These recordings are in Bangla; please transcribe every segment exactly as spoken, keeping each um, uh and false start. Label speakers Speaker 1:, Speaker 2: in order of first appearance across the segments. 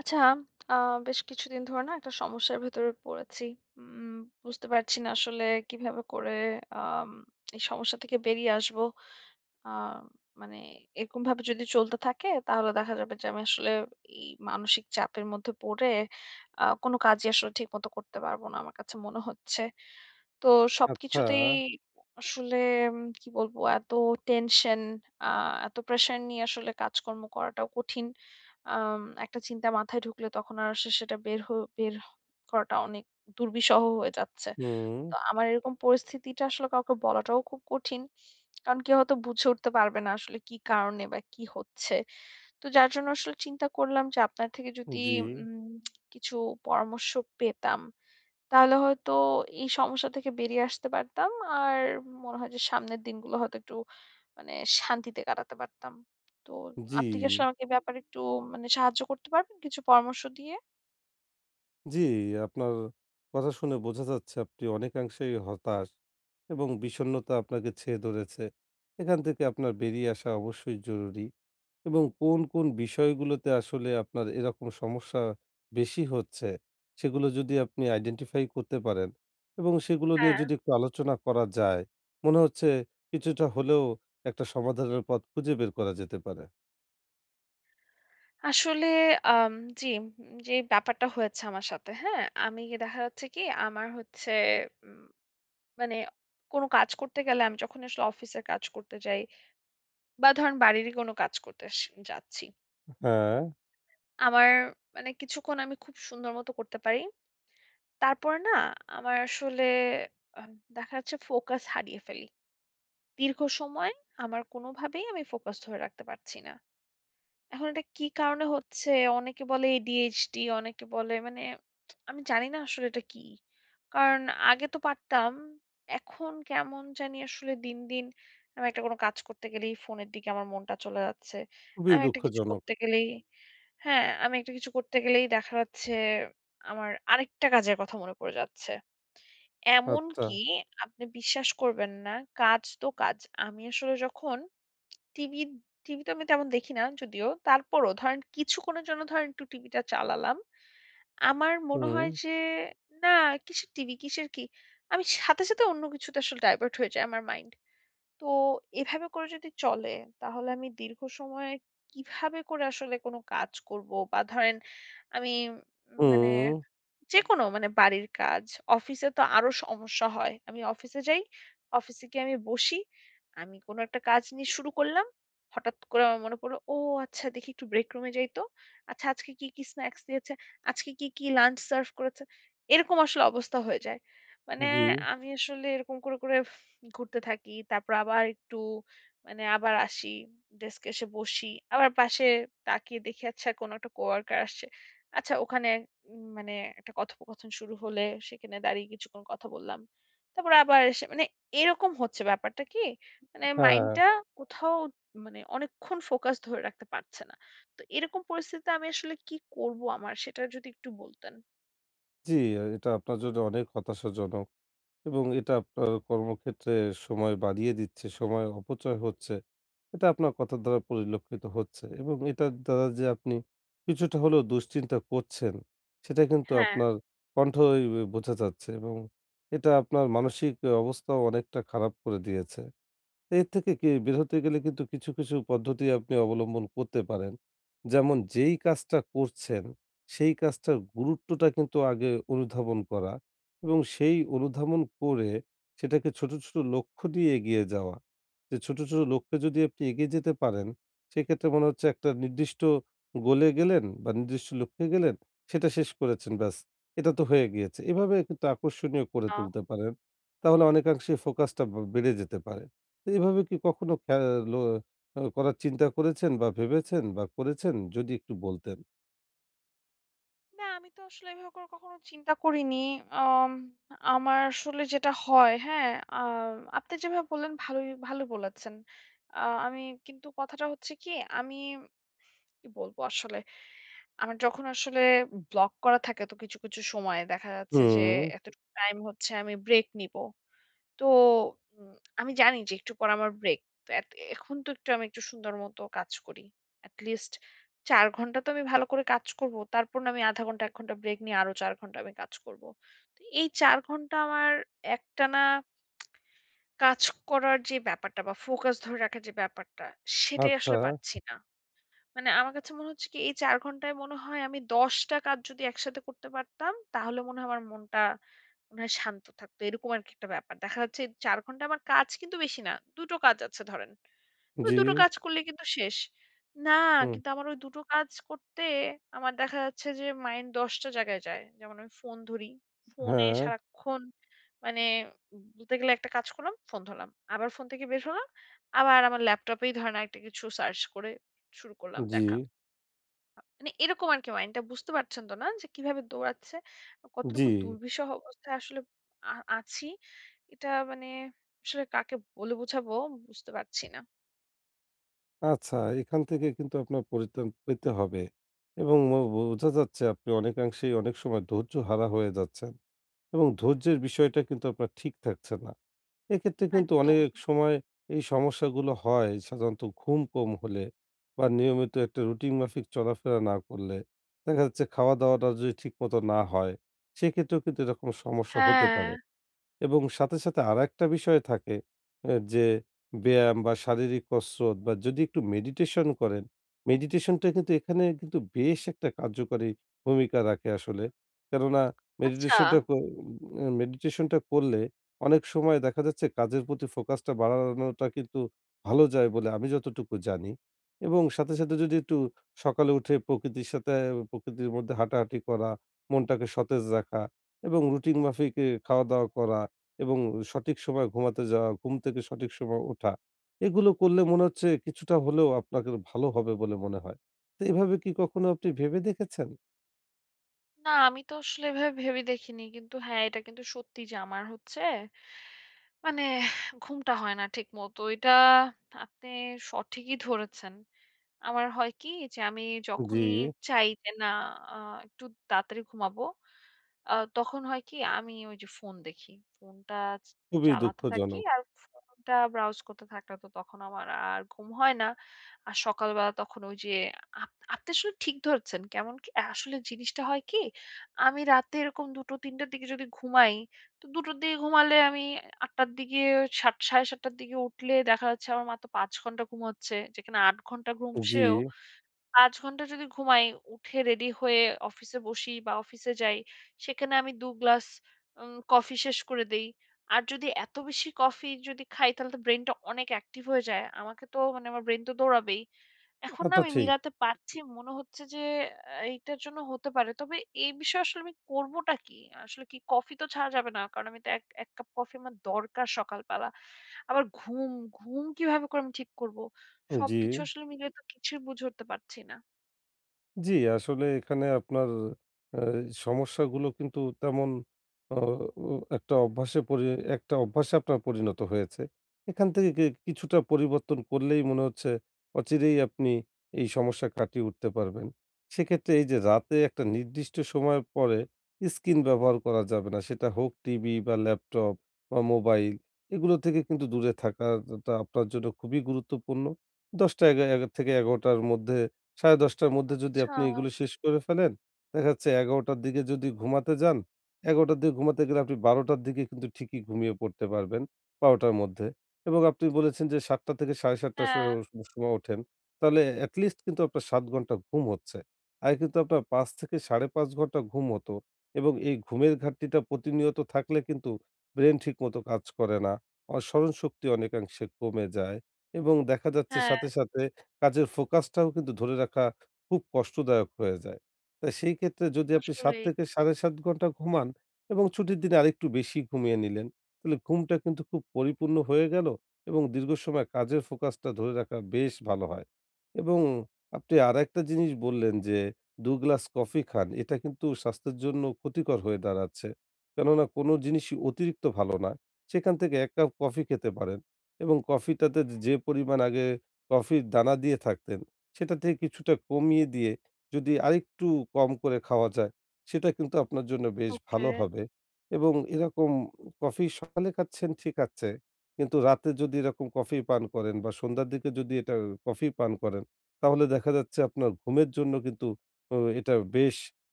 Speaker 1: আচ্ছা, আ বেশ কিছুদিন ধরে না একটা সমস্যার ভেতরে পড়েছি। উম বুঝতে পারছি না আসলে কিভাবে করে আম এই সমস্যা থেকে বেরিয়ে আসবো। আ মানে এরকমভাবে যদি চলতে থাকে তাহলে দেখা যাবে যে আমি আসলে এই মানসিক চাপের মধ্যে পড়ে আ কোনো কাজই আসলে ঠিকমতো করতে পারবো না আমার কাছে মনে হচ্ছে। তো
Speaker 2: আচ্ছা,
Speaker 1: সবকিছুতেই আসলে উম কি বলবো এত টেনশন আ এত প্রেশার নিয়ে আসলে কাজকর্ম করাটাও কঠিন। আম একটা চিন্তা মাথায় ঢুকলে তখন আর সে সেটা বের হ বের হ করাটা অনেক দুর্বিষহ হয়ে যাচ্ছে।
Speaker 2: হুম,
Speaker 1: তো আমার এরকম পরিস্থিতিটা আসলে কাউকে বলাটাও খুব কঠিন। কারণ কেউ হয়তো বুঝে উঠতে পারবে না আসলে কি কারণে বা কি হচ্ছে। তো যার জন্য আসলে চিন্তা করলাম যে আপনার থেকে যদি
Speaker 2: জি,
Speaker 1: উম কিছু পরামর্শ পেতাম। তাহলে হয়তো এই সমস্যা থেকে বেরিয়ে আসতে পারতাম। আর মনে হয় যে সামনের দিনগুলো হয়তো একটু মানে শান্তিতে কাটাতে পারতাম। তো
Speaker 2: জি,
Speaker 1: আপনি কি আসলে আমাকে এ ব্যাপারে একটু মানে সাহায্য করতে পারবেন কিছু পরামর্শ দিয়ে?
Speaker 2: জি, আপনার কথা শুনে বোঝা যাচ্ছে আপনি অনেকাংশেই হতাশ এবং বিষণ্ণতা আপনাকে ছেয়ে ধরেছে। এখান থেকে আপনার বেরিয়ে আসা অবশ্যই জরুরি এবং কোন, কোন বিষয়গুলোতে আসলে আপনার এরকম সমস্যা বেশি হচ্ছে, সেগুলো যদি আপনি আইডেন্টিফাই করতে পারেন এবং সেগুলো নিয়ে
Speaker 1: হ্যাঁ,
Speaker 2: যদি একটু আলোচনা করা যায়, মনে হচ্ছে কিছুটা হলেও একটা সমাধানের পথ খুঁজে বের করা যেতে পারে।
Speaker 1: আসলে আম জি, উম, যে ব্যাপারটা হয়েছে আমার সাথে, হ্যাঁ? আমি দেখা যাচ্ছে কি আমার হচ্ছে উম মানে কোনো কাজ করতে গেলে আমি যখন আসলে অফিসের কাজ করতে যাই বা ধরেন বাড়িরই কোনো কাজ করতে স যাচ্ছি।
Speaker 2: হ্যাঁ,
Speaker 1: আমার মানে কিছুক্ষণ আমি খুব সুন্দর মতো করতে পারি। তারপরে না আমার আসলে আম দেখা যাচ্ছে ফোকাস হারিয়ে ফেলি। দীর্ঘ সময় আমার কোনোভাবেই আমি ফোকাস ধরে রাখতে পারছি না। এখন এটা কি কারণে হচ্ছে? অনেকে বলে এ ডি এইচ ডি, অনেকে বলে মানে আমি জানি না আসলে এটা কি। কারণ আগে তো পারতাম। এখন কেমন জানি আসলে দিন, দিন আমি একটা কোনো কাজ করতে গেলেই ফোনের দিকে আমার মনটা চলে যাচ্ছে।
Speaker 2: খুবই
Speaker 1: আমি একটা কিছু
Speaker 2: দুঃখজনক।
Speaker 1: করতে গেলেই হ্যাঁ, আমি একটা কিছু করতে গেলেই দেখা যাচ্ছে আমার আরেকটা কাজের কথা মনে পড়ে যাচ্ছে।
Speaker 2: আচ্ছা।
Speaker 1: এমনকি আপনি বিশ্বাস করবেন না, কাজ তো কাজ। আমি আসলে যখন টিভি, টিভি তো আমি তেমন দেখি না যদিও। তারপরও ধরেন কিছুক্ষণের জন্য ধরেন একটু টিভিটা চালালাম। আমার মনে
Speaker 2: হুম,
Speaker 1: হয় যে, "না কিসের টিভি, কিসের কি?" আমি সাথে, সাথে অন্য কিছুতে আসলে ডাইভার্ট হয়ে যায় আমার মাইন্ড। তো এভাবে করে যদি চলে তাহলে আমি দীর্ঘ সময় কিভাবে করে আসলে কোন কাজ করব বা ধরেন আমি উম মানে
Speaker 2: হুম,
Speaker 1: যেকোনো মানে বাড়ির কাজ, অফিসে তো আরো সমস্যা হয়। আমি অফিসে যাই, অফিসে গিয়ে আমি বসি। আমি কোনো একটা কাজ নিয়ে শুরু করলাম। হঠাৎ করে আমার মনে পড়লো, "ও আচ্ছা দেখি একটু ব্রেক রুমে যাই তো। আচ্ছা আজকে কি, কি স্ন্যাকস দিয়েছে? আজকে কি, কি লাঞ্চ সার্ভ করেছে?" এরকম আসলে অবস্থা হয়ে যায়। মানে
Speaker 2: জি।
Speaker 1: আমি আসলে এরকম করে, করে ঘুরতে থাকি। তারপর আবার একটু মানে আবার আসি। ডেস্কে এসে বসি। আবার পাশে তাকিয়ে দেখি আচ্ছা কোনো একটা কোয়ার্কার আসছে। আচ্ছা ওখানে উম মানে একটা কথোপকথন শুরু হলে সেখানে দাঁড়িয়ে কিছুক্ষণ কথা বললাম। তারপর আবার এসে মানে এরকম হচ্ছে ব্যাপারটা কি মানে
Speaker 2: হ্যাঁ, হ্যাঁ।
Speaker 1: মাইন্ডটা কোথাও মানে অনেকক্ষণ ফোকাস ধরে রাখতে পারছে না। তো এরকম পরিস্থিতিতে আমি আসলে কি করব আমার সেটা যদি একটু বলতেন।
Speaker 2: জি, এটা আপনার জন্য অনেক হতাশাজনক এবং এটা আপনার কর্মক্ষেত্রে সময় বাড়িয়ে দিচ্ছে, সময় অপচয় হচ্ছে। এটা আপনার কথার দ্বারা পরিলক্ষিত হচ্ছে এবং এটার দ্বারা যে আপনি কিছুটা হলেও দুশ্চিন্তা করছেন, সেটা কিন্তু
Speaker 1: হ্যাঁ,
Speaker 2: আপনার কণ্ঠই বোঝা যাচ্ছে এবং এটা আপনার মানসিক অবস্থাও অনেকটা খারাপ করে দিয়েছে। এর থেকে কি বের হতে গেলে কিন্তু কিছু, কিছু পদ্ধতি আপনি অবলম্বন করতে পারেন। যেমন যেই কাজটা করছেন, সেই কাজটার গুরুত্বটা কিন্তু আগে অনুধাবন করা এবং সেই অনুধাবন করে সেটাকে ছোট, ছোট লক্ষ্য দিয়ে এগিয়ে যাওয়া। যে ছোট, ছোট লক্ষ্যে যদি আপনি এগিয়ে যেতে পারেন, সেক্ষেত্রে মনে হচ্ছে একটা নির্দিষ্ট গোলে গেলেন বা নির্দিষ্ট লক্ষ্যে গেলেন, সেটা শেষ করেছেন ব্যাস। এটা তো হয়ে গিয়েছে। এভাবে কিন্তু আকর্ষণীয় করে
Speaker 1: আ
Speaker 2: তুলতে পারেন। তাহলে অনেকাংশে ফোকাসটা ব বেড়ে যেতে পারে। তো এভাবে কি কখনো খ্যা লো আ করার চিন্তা করেছেন বা ভেবেছেন বা করেছেন? যদি একটু বলতেন।
Speaker 1: না আমি তো আসলে এভাবে করে কখনো চিন্তা করিনি। আম আমার আসলে যেটা হয় হ্যাঁ, আ আপনি যেভাবে বললেন ভালোই ভালো বলেছেন। আ আমি কিন্তু কথাটা হচ্ছে কি আমি কি বলবো আসলে? আমার যখন আসলে ব্লক করা থাকে তো কিছু, কিছু সময় দেখা যাচ্ছে যে
Speaker 2: হুম।
Speaker 1: এতটুকু টাইম হচ্ছে আমি ব্রেক নিবো। তো উম আমি জানি যে একটু পর আমার ব্রেক। তো এত এখন তো একটু আমি একটু সুন্দর মতো কাজ করি। এট লিস্ট চার ঘন্টা তো আমি ভালো করে কাজ করব। তারপর না আমি আধা ঘন্টা এক ঘন্টা ব্রেক নিয়ে আরো চার ঘন্টা আমি কাজ করব। তো এই চার ঘন্টা আমার একটানা কাজ করার যে ব্যাপারটা বা ফোকাস ধরে রাখার যে ব্যাপারটা সেটাই
Speaker 2: আচ্ছা,
Speaker 1: আসলে পারছি না। মানে আমার কাছে মনে হচ্ছে কি এই চার ঘন্টায় মনে হয় আমি দশ টা কাজ যদি একসাথে করতে পারতাম, তাহলে মনে হয় আমার মনটা মনে হয় শান্ত থাকতো। এরকম আরকি একটা ব্যাপার। দেখা যাচ্ছে চার ঘন্টা আমার কাজ কিন্তু বেশি না। দুই টো কাজ আছে ধরেন। তো
Speaker 2: জি,
Speaker 1: দুই টো কাজ করলেই কিন্তু শেষ। না,
Speaker 2: হুম,
Speaker 1: কিন্তু আমার ওই দুই টো কাজ করতে আমার দেখা যাচ্ছে যে মাইন্ড দশ টা জায়গায় যায়। যেমন আমি ফোন ধরি। ফোনে
Speaker 2: হ্যাঁ,
Speaker 1: সারাক্ষণ মানে বলতে গেলে একটা কাজ করলাম, ফোন ধরলাম। আবার ফোন থেকে বের হলাম। আবার আমার ল্যাপটপেই ধরেন আরেকটা কিছু সার্চ করে শুরু করলাম
Speaker 2: জি,
Speaker 1: দেখা। মানে এরকম আরকি মাইন্ডটা বুঝতে পারছেন তো না যে কিভাবে দৌড়াচ্ছে,
Speaker 2: জি।
Speaker 1: কতটুকু দুর্বিষহ অবস্থায় আসলে আ আছি। এটা মানে আসলে কাকে বলে বোঝাবো বুঝতে পারছি না।
Speaker 2: আচ্ছা, এখান থেকে কিন্তু আপনার পরিত্রাণ পেতে হবে এবং মো বোঝা যাচ্ছে আপনি অনেকাংশেই অনেক সময় ধৈর্য হারা হয়ে যাচ্ছেন এবং ধৈর্যের বিষয়টা কিন্তু আপনার ঠিক থাকছে না। এক্ষেত্রে কিন্তু
Speaker 1: একদম।
Speaker 2: অনেক সময় এই সমস্যাগুলো হয় সাধারণত ঘুম কম হলে বা নিয়মিত একটা রুটিন মাফিক চলাফেরা না করলে দেখা যাচ্ছে খাওয়া দাওয়াটা যদি ঠিক মতো না হয় সেক্ষেত্রেও কিন্তু এরকম সমস্যা হতে
Speaker 1: হ্যাঁ,
Speaker 2: পারে এবং সাথে, সাথে আরেকটা বিষয় থাকে এ যে ব্যায়াম বা শারীরিক কসরত বা যদি একটু মেডিটেশন করেন, মেডিটেশনটা কিন্তু এখানে কিন্তু বেশ একটা কার্যকরী ভূমিকা রাখে আসলে। কেননা
Speaker 1: আচ্ছা।
Speaker 2: মেডিটেশনটা ক উম মেডিটেশনটা করলে অনেক সময় দেখা যাচ্ছে কাজের প্রতি ফোকাসটা বাড়ানোটা কিন্তু ভালো যায় বলে আমি যতটুকু জানি। এবং সাথে, সাথে যদি একটু সকালে উঠে প্রকৃতির সাথে প্রকৃতির মধ্যে হাঁটাহাঁটি করা, মনটাকে সতেজ রাখা এবং রুটিন মাফিক এ খাওয়া-দাওয়া করা এবং সঠিক সময় ঘুমাতে যাওয়া, ঘুম থেকে সঠিক সময় ওঠা। এগুলো করলে মনে হচ্ছে কিছুটা হলেও আপনাকে ভালো হবে বলে মনে হয়। তো এভাবে কি কখনো আপনি ভেবে দেখেছেন?
Speaker 1: না আমি তো আসলে এভাবে ভেবে দেখিনি। কিন্তু হ্যাঁ, এটা কিন্তু সত্যি যে আমার হচ্ছে মানে ঘুমটা হয় না ঠিকমতো। এটা আপনি সঠিকই ধরেছেন। আমার হয় কি যে আমি
Speaker 2: জি,
Speaker 1: যখনই চাই যে না আ একটু তাড়াতাড়ি ঘুমাবো আ তখন হয় কি? আমি ওই যে ফোন দেখি। ফোনটা চ
Speaker 2: খুবই
Speaker 1: চালাতে থাকি
Speaker 2: দুঃখজনক।
Speaker 1: আর ফোনটা ব্রাউজ করতে থাকলে তো তখন আমার আর ঘুম হয় না। আর সকালবেলা তখন ওই যে আপ আপনি আসলে ঠিক ধরেছেন। কেমন কি আসলে জিনিসটা হয় কি? আমি রাতে এরকম ২ঃ০০-৩ঃ শূন্য শূন্য র দিকে যদি ঘুমাই, তো ২ঃ শূন্য শূন্য র দিকে ঘুমালে আমি ৮ঃ শূন্য শূন্য র দিকে ৭ঃ শূন্য শূন্য সাড়ে সাত র দিকে উঠলে দেখা যাচ্ছে আমার মাত্র পাঁচ ঘন্টা ঘুম হচ্ছে। যেখানে আট ঘন্টা ঘুম
Speaker 2: জি,
Speaker 1: সেও পাঁচ ঘন্টা যদি ঘুমাই, উঠে রেডি হয়ে অফিসে বসি বা অফিসে যাই, সেখানে আমি দুই গ্লাস উম কফি শেষ করে দেই। আর যদি এত বেশি কফি যদি খাই তাহলে তো ব্রেইনটা অনেক অ্যাক্টিভ হয়ে যায়। আমাকে তো মানে আমার ব্রেইন তো দৌড়াবেই। এখন
Speaker 2: তা
Speaker 1: না
Speaker 2: তো
Speaker 1: আমি
Speaker 2: ঠিক।
Speaker 1: মিলাতে পারছি। মনে হচ্ছে যে আ এইটার জন্য হতে পারে। তবে এই বিষয়ে আসলে আমি করবোটা কি? আসলে কি কফি তো ছাড়া যাবে না। কারণ আমি তো এক ১ কাপ কফি আমার দরকার সকালবেলা। আবার ঘুম, ঘুম কিভাবে করে আমি ঠিক করব?
Speaker 2: জি।
Speaker 1: সবকিছু আসলে মিলিয়ে তো কিছুই বুঝে উঠতে পারছি না।
Speaker 2: জি, আসলে এখানে আপনার আ সমস্যাগুলো কিন্তু তেমন অ ও একটা অভ্যাসে পরি একটা অভ্যাসে আপনার পরিণত হয়েছে। এখান থেকে কি কিছুটা পরিবর্তন করলেই মনে হচ্ছে অচিরেই আপনি এই সমস্যা কাটিয়ে উঠতে পারবেন। সেক্ষেত্রে এই যে রাতে একটা নির্দিষ্ট সময়ের পরে স্ক্রিন ব্যবহার করা যাবে না। সেটা হোক টিভি বা ল্যাপটপ বা মোবাইল এগুলো থেকে কিন্তু দূরে থাকাটা আপনার জন্য খুবই গুরুত্বপূর্ণ। ১০টা এগা এগা থেকে এগারো টার মধ্যে সাড়ে দশটা র মধ্যে যদি
Speaker 1: আচ্ছা।
Speaker 2: আপনি এগুলো শেষ করে ফেলেন, দেখা যাচ্ছে এগারোটা র দিকে যদি ঘুমাতে যান, এগারোটা র দিকে ঘুমাতে গেলে আপনি বারোটা র দিকে কিন্তু ঠিকই ঘুমিয়ে পড়তে পারবেন, বারোটা র মধ্যে। এবং আপনি বলেছেন যে ৭ঃ শূন্য শূন্য থেকে সাড়ে সাতটা স
Speaker 1: হ্যাঁ,
Speaker 2: সময় ওঠেন। তাহলে এট লিস্ট কিন্তু আপনার সাত ঘন্টা ঘুম হচ্ছে। আগে কিন্তু আপনার পাঁচ থেকে সাড়ে পাঁচ ঘন্টা ঘুম হতো এবং এই ঘুমের ঘাটতিটা প্রতিনিয়ত থাকলে কিন্তু ব্রেন ঠিকমতো কাজ করে না। অ স্মরণশক্তি অনেকাংশে কমে যায় এবং দেখা যাচ্ছে
Speaker 1: হ্যাঁ,
Speaker 2: সাথে, সাথে কাজের ফোকাসটাও কিন্তু ধরে রাখা খুব কষ্টদায়ক হয়ে যায়। তা সেই ক্ষেত্রে যদি আপনি সাত
Speaker 1: আসলেই।
Speaker 2: থেকে সাড়ে সাত ঘন্টা ঘুমান এবং ছুটির দিনে আরেকটু বেশি ঘুমিয়ে নিলেন, তাহলে ঘুমটা কিন্তু খুব পরিপূর্ণ হয়ে গেল এবং দীর্ঘ সময় কাজের ফোকাসটা ধরে রাখা বেশ ভালো হয়। এবং আপনি আরেকটা জিনিস বললেন যে দুই গ্লাস কফি খান। এটা কিন্তু স্বাস্থ্যের জন্য ক্ষতিকর হয়ে দাঁড়াচ্ছে। কেননা কোনো জিনিসই অতিরিক্ত ভালো না। সেখান থেকে এক কাপ কফি খেতে পারেন এবং কফিটাতে যে পরিমাণ আগে কফির দানা দিয়ে থাকতেন, সেটা থেকে কিছুটা কমিয়ে দিয়ে যদি আরেকটু কম করে খাওয়া যায়, সেটা কিন্তু আপনার জন্য বেশ
Speaker 1: ওকে।
Speaker 2: ভালো হবে এবং এরকম কফি সকালে খাচ্ছেন ঠিক আছে। কিন্তু রাতে যদি এরকম কফি পান করেন বা সন্ধ্যার দিকে যদি এটা কফি পান করেন, তাহলে দেখা যাচ্ছে আপনার ঘুমের জন্য কিন্তু ও এটা বেশ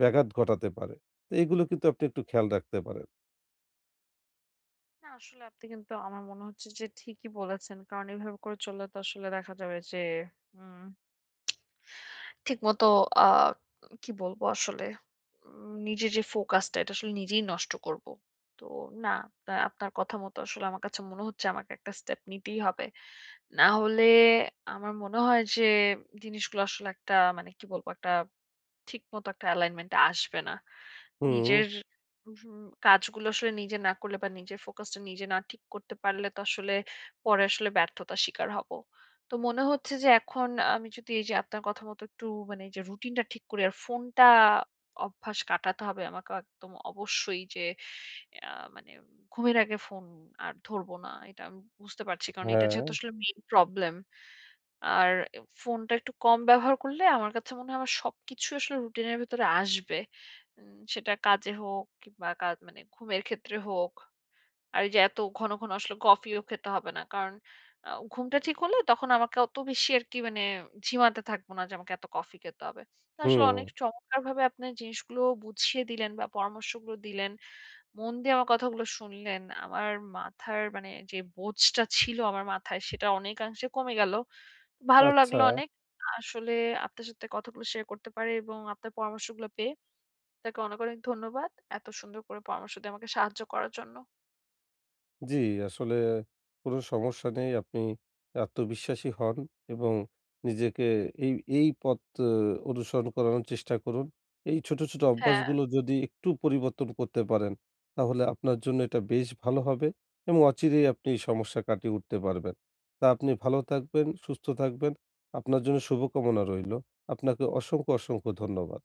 Speaker 2: ব্যাঘাত ঘটাতে পারে। তো এগুলো কিন্তু আপনি একটু খেয়াল রাখতে পারেন।
Speaker 1: না আসলে আপনি কিন্তু আমার মনে হচ্ছে যে ঠিকই বলেছেন। কারণ এভাবে করে চললে তো আসলে দেখা যাবে যে উম ঠিকমতো আ কি বলবো আসলে উম নিজের যে ফোকাসটা এটা আসলে নিজেই নষ্ট করব। তো না আপনা আপনার কথা মতো আসলে আমার কাছে মনে হচ্ছে আমাকে একটা স্টেপ নিতেই হবে। না হলে আমার মনে হয় যে জিনিসগুলো আসলে একটা মানে কি বলবো একটা ঠিকমতো একটা অ্যালাইনমেন্ট আসবে না।
Speaker 2: হুম,
Speaker 1: নিজের উম কাজগুলো আসলে নিজে না করলে বা নিজের ফোকাসটা নিজে না ঠিক করতে পারলে তো আসলে পরে আসলে ব্যর্থতার শিকার হব। তো মনে হচ্ছে যে এখন আমি যদি এই যে আপনার কথা মতো একটু মানে এই যে রুটিনটা ঠিক করি আর ফোনটা অভ্যাস কাটাতে হবে আমাকে একদম অবশ্যই যে আ মানে ঘুমের আগে ফোন আর ধরব না। এটা আমি বুঝতে পারছি। কারণ এটা
Speaker 2: হ্যাঁ,
Speaker 1: যেহেতু আসলে মেইন প্রবলেম। আর ফোনটা একটু কম ব্যবহার করলে আমার কাছে মনে হয় আমার সবকিছু আসলে রুটিনের ভেতরে আসবে। উম সেটা কাজে হোক কিংবা কাজ মানে ঘুমের ক্ষেত্রে হোক। আর এই যে এত ঘন, ঘন আসলে কফিও খেতে হবে না। কারণ আ ঘুমটা ঠিক হলে তখন আমাকে অত বেশি আরকি মানে ঝিমাতে থাকবো না যে আমাকে এত কফি খেতে হবে। তো আসলে
Speaker 2: হুম,
Speaker 1: অনেক চমৎকারভাবে আপনি জিনিসগুলো বুঝিয়ে দিলেন বা পরামর্শগুলো দিলেন। মন দিয়ে আমার কথাগুলো শুনলেন। আমার মাথার মানে যে বোঝটা ছিল আমার মাথায় সেটা অনেকাংশে কমে গেল। ভালো
Speaker 2: আচ্ছা।
Speaker 1: লাগলো অনেক। আসলে আপনার সাথে কথাগুলো শেয়ার করতে পারে এবং আপনার পরামর্শগুলো পেয়ে আপনাকে অনেক, অনেক ধন্যবাদ। এত সুন্দর করে পরামর্শ দিয়ে আমাকে সাহায্য করার জন্য।
Speaker 2: জি, আসলে কোনো সমস্যা নেই। আপনি আত্মবিশ্বাসী হন এবং নিজেকে এই, এই পথ আ অনুসরণ করানোর চেষ্টা করুন। এই ছোট, ছোট
Speaker 1: হ্যাঁ।
Speaker 2: অভ্যাসগুলো যদি একটু পরিবর্তন করতে পারেন, তাহলে আপনার জন্য এটা বেশ ভালো হবে এবং অচিরেই আপনি এই সমস্যা কাটিয়ে উঠতে পারবেন। তা আপনি ভালো থাকবেন, সুস্থ থাকবেন। আপনার জন্য শুভকামনা রইলো। আপনাকে অসংখ্য, অসংখ্য ধন্যবাদ।